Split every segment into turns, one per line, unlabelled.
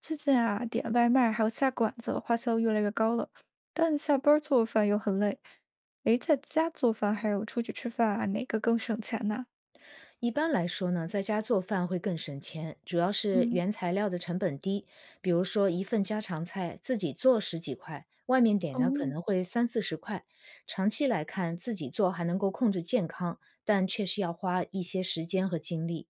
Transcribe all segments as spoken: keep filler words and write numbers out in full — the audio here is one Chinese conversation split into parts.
最近啊，点外卖还有下馆子，花销越来越高了，但下班儿做饭又很累。诶，在家做饭还有出去吃饭啊，哪个更省钱呢？
一般来说呢，在家做饭会更省钱，主要是
嗯，
原材料的成本低。比如说一份家常菜，自己做十几块，外面点呢可
哦，
能会三四十块。长期来看，自己做还能够控制健康，但确实要花一些时间和精力。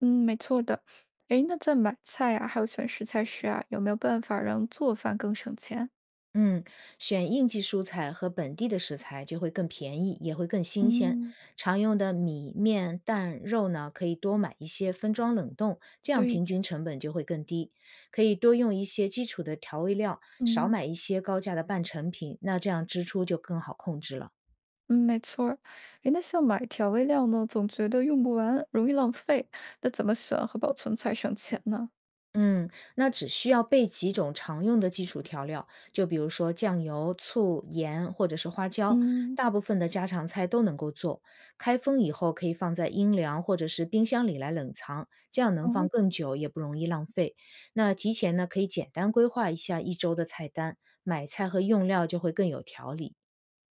嗯，没错的。诶，那在买菜啊，还有选食材时啊，有没有办法让做饭更省钱？
嗯，选应季蔬菜和本地的食材就会更便宜，也会更新鲜。
嗯，
常用的米、面、蛋、肉呢，可以多买一些分装冷冻，这样
对，
平均成本就会更低。可以多用一些基础的调味料，少
嗯
买一些高价的半成品，那这样支出就更好控制了。
嗯，没错儿。诶，那像买调味料呢，总觉得用不完，容易浪费，那怎么选和保存才省钱呢？
嗯，那只需要备几种常用的基础调料，就比如说酱油、醋、盐或者是花椒，
嗯。
大部分的家常菜都能够做。开封以后可以放在阴凉或者是冰箱里来冷藏，这样能放
哦。
更久，也不容易浪费。那提前呢，可以简单规划一下一周的菜单，买菜和用料就会更有条理。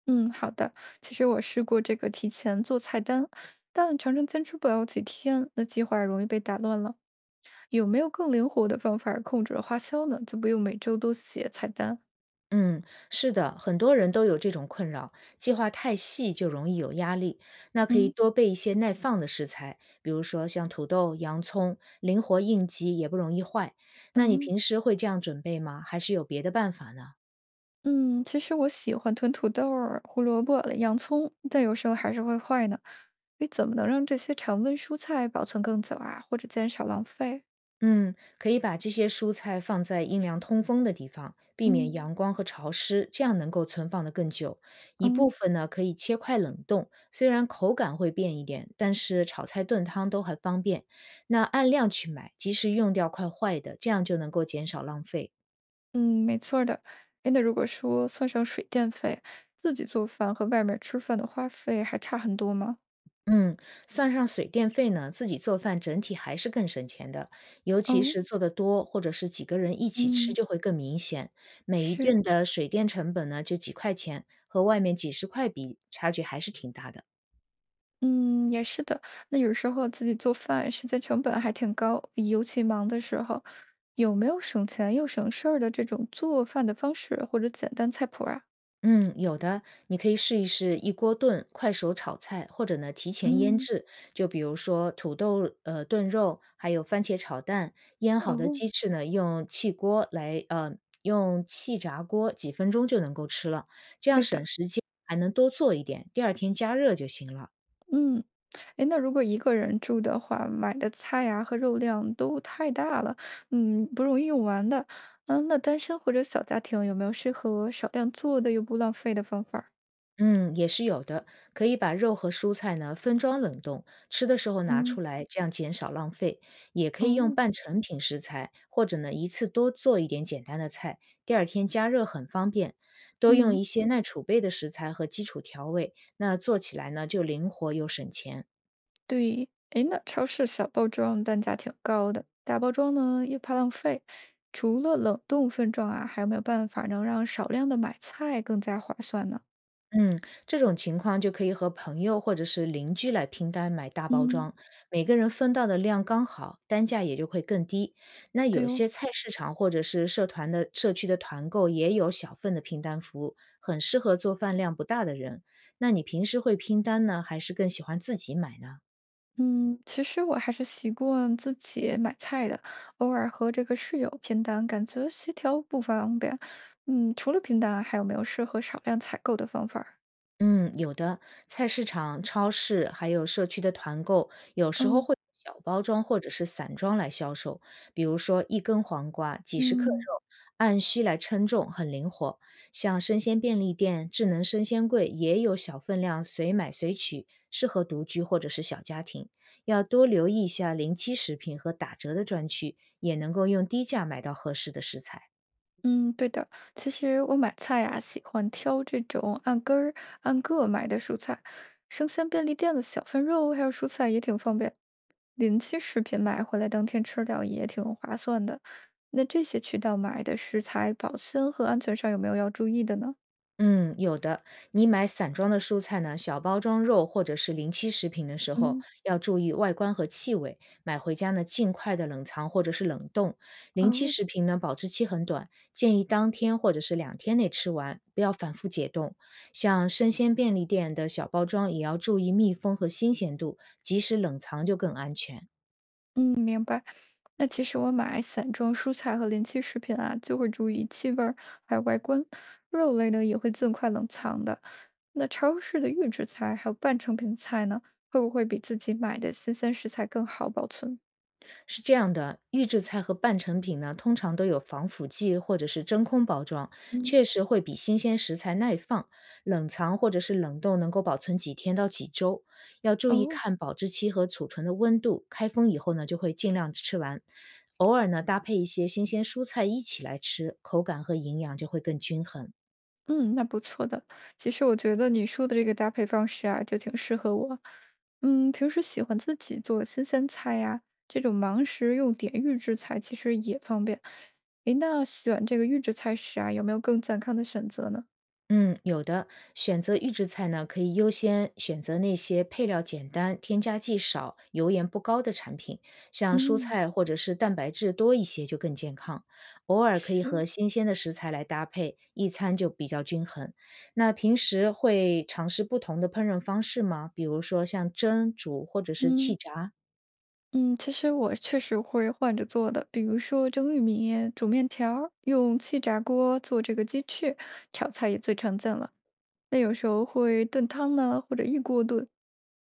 嗯，好的。其实我试过这个提前做菜单，但常常坚持不了几天，那计划容易被打乱了。有没有更灵活的方法控制花销呢？就不用每周都写菜单。
嗯，是的，很多人都有这种困扰，计划太细就容易有压力。那可以
嗯
多备一些耐放的食材，比如说像土豆、洋葱，灵活应急也不容易坏。那你
嗯
平时会这样准备吗？还是有别的办法呢？
嗯，其实我喜欢囤土豆儿、胡萝卜、洋葱，但有时候还是会坏呢。你怎么能让这些常温蔬菜保存更久啊，或者减少浪费？
嗯，可以把这些蔬菜放在阴凉通风的地方，避免
嗯
阳光和潮湿，这样能够存放得更久。一部
嗯。
分呢可以切块冷冻，虽然口感会变一点，但是炒菜炖汤都很方便。那按量去买，及时用掉快坏的，这样就能够减少浪费。
嗯，没错儿的。哎，那如果说算上水电费，自己做饭和外面吃饭的花费还差很多吗？
嗯，算上水电费呢，自己做饭整体还是更省钱的，尤其
哦，
是做得多，或者是几个人一起吃，
嗯，
就会更明显。每一
是，
顿的水电成本呢，就几块钱，和外面几十块比，差距还是挺大的。
嗯，也是的。那有时候自己做饭时间成本还挺高，尤其忙的时候，有没有省钱又省事儿的这种做饭的方式或者简单菜谱啊？
嗯，有的，你可以试一试一锅炖、快手炒菜，或者呢提前腌
嗯，
制。就比如说土豆呃炖肉，还有番茄炒蛋，腌好的
哦，
鸡翅呢用气锅来呃用气炸锅几分钟就能够吃了，这样
对的，
省时间，还能多做一点，第二天加热就行了。
嗯。诶，那如果一个人住的话，买的菜呀和肉量都太大了，嗯，不容易用完的。嗯，那单身或者小家庭有没有适合少量做的又不浪费的方法儿？
嗯，也是有的，可以把肉和蔬菜呢分装冷冻，吃的时候拿
嗯，
出来，这样减少浪费。也可以用
哦，
半成品食材，或者呢一次多做一点简单的菜，第二天加热很方便。多用
嗯，
一些耐储备的食材和基础调味，那做起来呢就灵活又省钱。
对。诶，那超市小包装单价挺高的，大包装呢又怕浪费。除了冷冻分装啊，还有没有办法能让少量的买菜更加划算呢？
嗯，这种情况就可以和朋友或者是邻居来拼单买大包
嗯，
装，每个人分到的量刚好，单价也就会更低。那有
对哦。
些菜市场或者是社团的社区的团购也有小份的拼单服务，很适合做饭量不大的人。那你平时会拼单呢，还是更喜欢自己买呢？
嗯，其实我还是习惯自己买菜的，偶尔和这个室友拼单，感觉协调不方便。嗯，除了拼单，还有没有适合少量采购的方法儿？
嗯，有的，菜市场、超市还有社区的团购，有时候
哦，
会用小包装或者是散装来销售。比如说一根黄瓜几十克
嗯
肉，按需来称重，很灵活。像生鲜便利店、智能生鲜柜也有小分量随买随取，适合独居或者是小家庭。要多留意一下临期食品和打折的专区，也能够用低价买到合适的食材。
嗯，对的。其实我买菜啊，喜欢挑这种按根儿、按个买的蔬菜，生鲜便利店的小份肉还有蔬菜也挺方便。临期食品买回来当天吃掉也挺划算的。那这些渠道买的食材保鲜和安全上有没有要注意的呢？
嗯，有的。你买散装的蔬菜呢，小包装肉或者是临期食品的时候，
嗯，
要注意外观和气味。买回家呢，尽快的冷藏或者是冷冻。临期
哦，
食品呢，保质期很短，建议当天或者是两天内吃完，不要反复解冻。像生鲜便利店的小包装，也要注意密封和新鲜度，及时冷藏就更安全。
嗯，明白。那其实我买散装蔬菜和临期食品啊，就会注意气味儿，还有外观。肉类呢也会尽快冷藏的。那超市的预制菜还有半成品菜呢，会不会比自己买的新鲜食材更好保存？
是这样的，预制菜和半成品呢，通常都有防腐剂或者是真空包装，确
嗯，
实会比新鲜食材耐放。冷藏或者是冷冻能够保存几天到几周，要注意
哦。
看保质期和储存的温度。开封以后呢，就会尽量吃完。偶尔呢，搭配一些新鲜蔬菜一起来吃，口感和营养就会更均衡。
嗯，那不错的。其实我觉得你说的这个搭配方式啊，就挺适合我。嗯，平时喜欢自己做新鲜菜呀，这种忙时用点预制菜其实也方便。诶，那选这个预制菜时啊，有没有更健康的选择呢？
嗯，有的。选择预制菜呢，可以优先选择那些配料简单、添加剂少、油盐不高的产品，像蔬
嗯，
菜或者是蛋白质多一些就更健康。偶尔可以和
是，
新鲜的食材来搭配，一餐就比较均衡。那平时会尝试不同的烹饪方式吗？比如说像蒸、煮或者是气
嗯
炸？
嗯，其实我确实会换着做的，比如说蒸玉米、煮面条儿用气炸锅做这个鸡翅，炒菜也最常见了。那有时候会炖汤呢，或者一锅炖。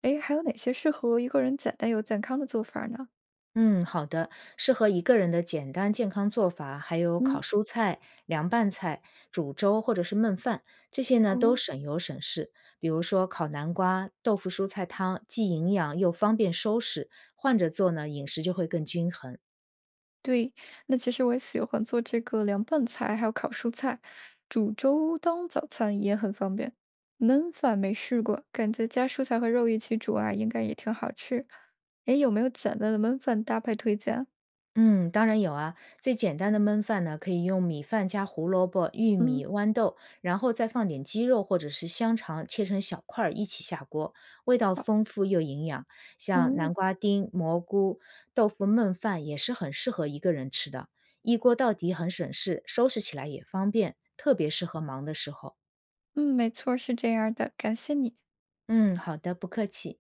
哎，还有哪些适合一个人简单又健康的做法呢？
嗯，好的，适合一个人的简单健康做法，还有烤
嗯，
蔬菜、凉拌菜、煮粥或者是焖饭，这些呢都
哦，
省油省事。比如说烤南瓜、豆腐蔬菜汤，既营养又方便收拾，换着做呢，饮食就会更均衡。
对，那其实我也喜欢做这个凉拌菜，还有烤蔬菜，煮粥当早餐也很方便。焖饭没试过，感觉加蔬菜和肉一起煮啊，应该也挺好吃。哎，有没有简单的焖饭搭配推荐？
嗯，当然有啊。最简单的焖饭呢，可以用米饭加胡萝卜、玉
嗯，
米、豌豆，然后再放点鸡肉或者是香肠，切成小块儿一起下锅，味道
好，
丰富又营养。像
哦，
南瓜丁、蘑菇、豆腐焖饭也是很适合一个人吃的，一锅到底很省事，收拾起来也方便，特别适合忙的时候。
嗯，没错，是这样的，感谢你。
嗯，好的，不客气。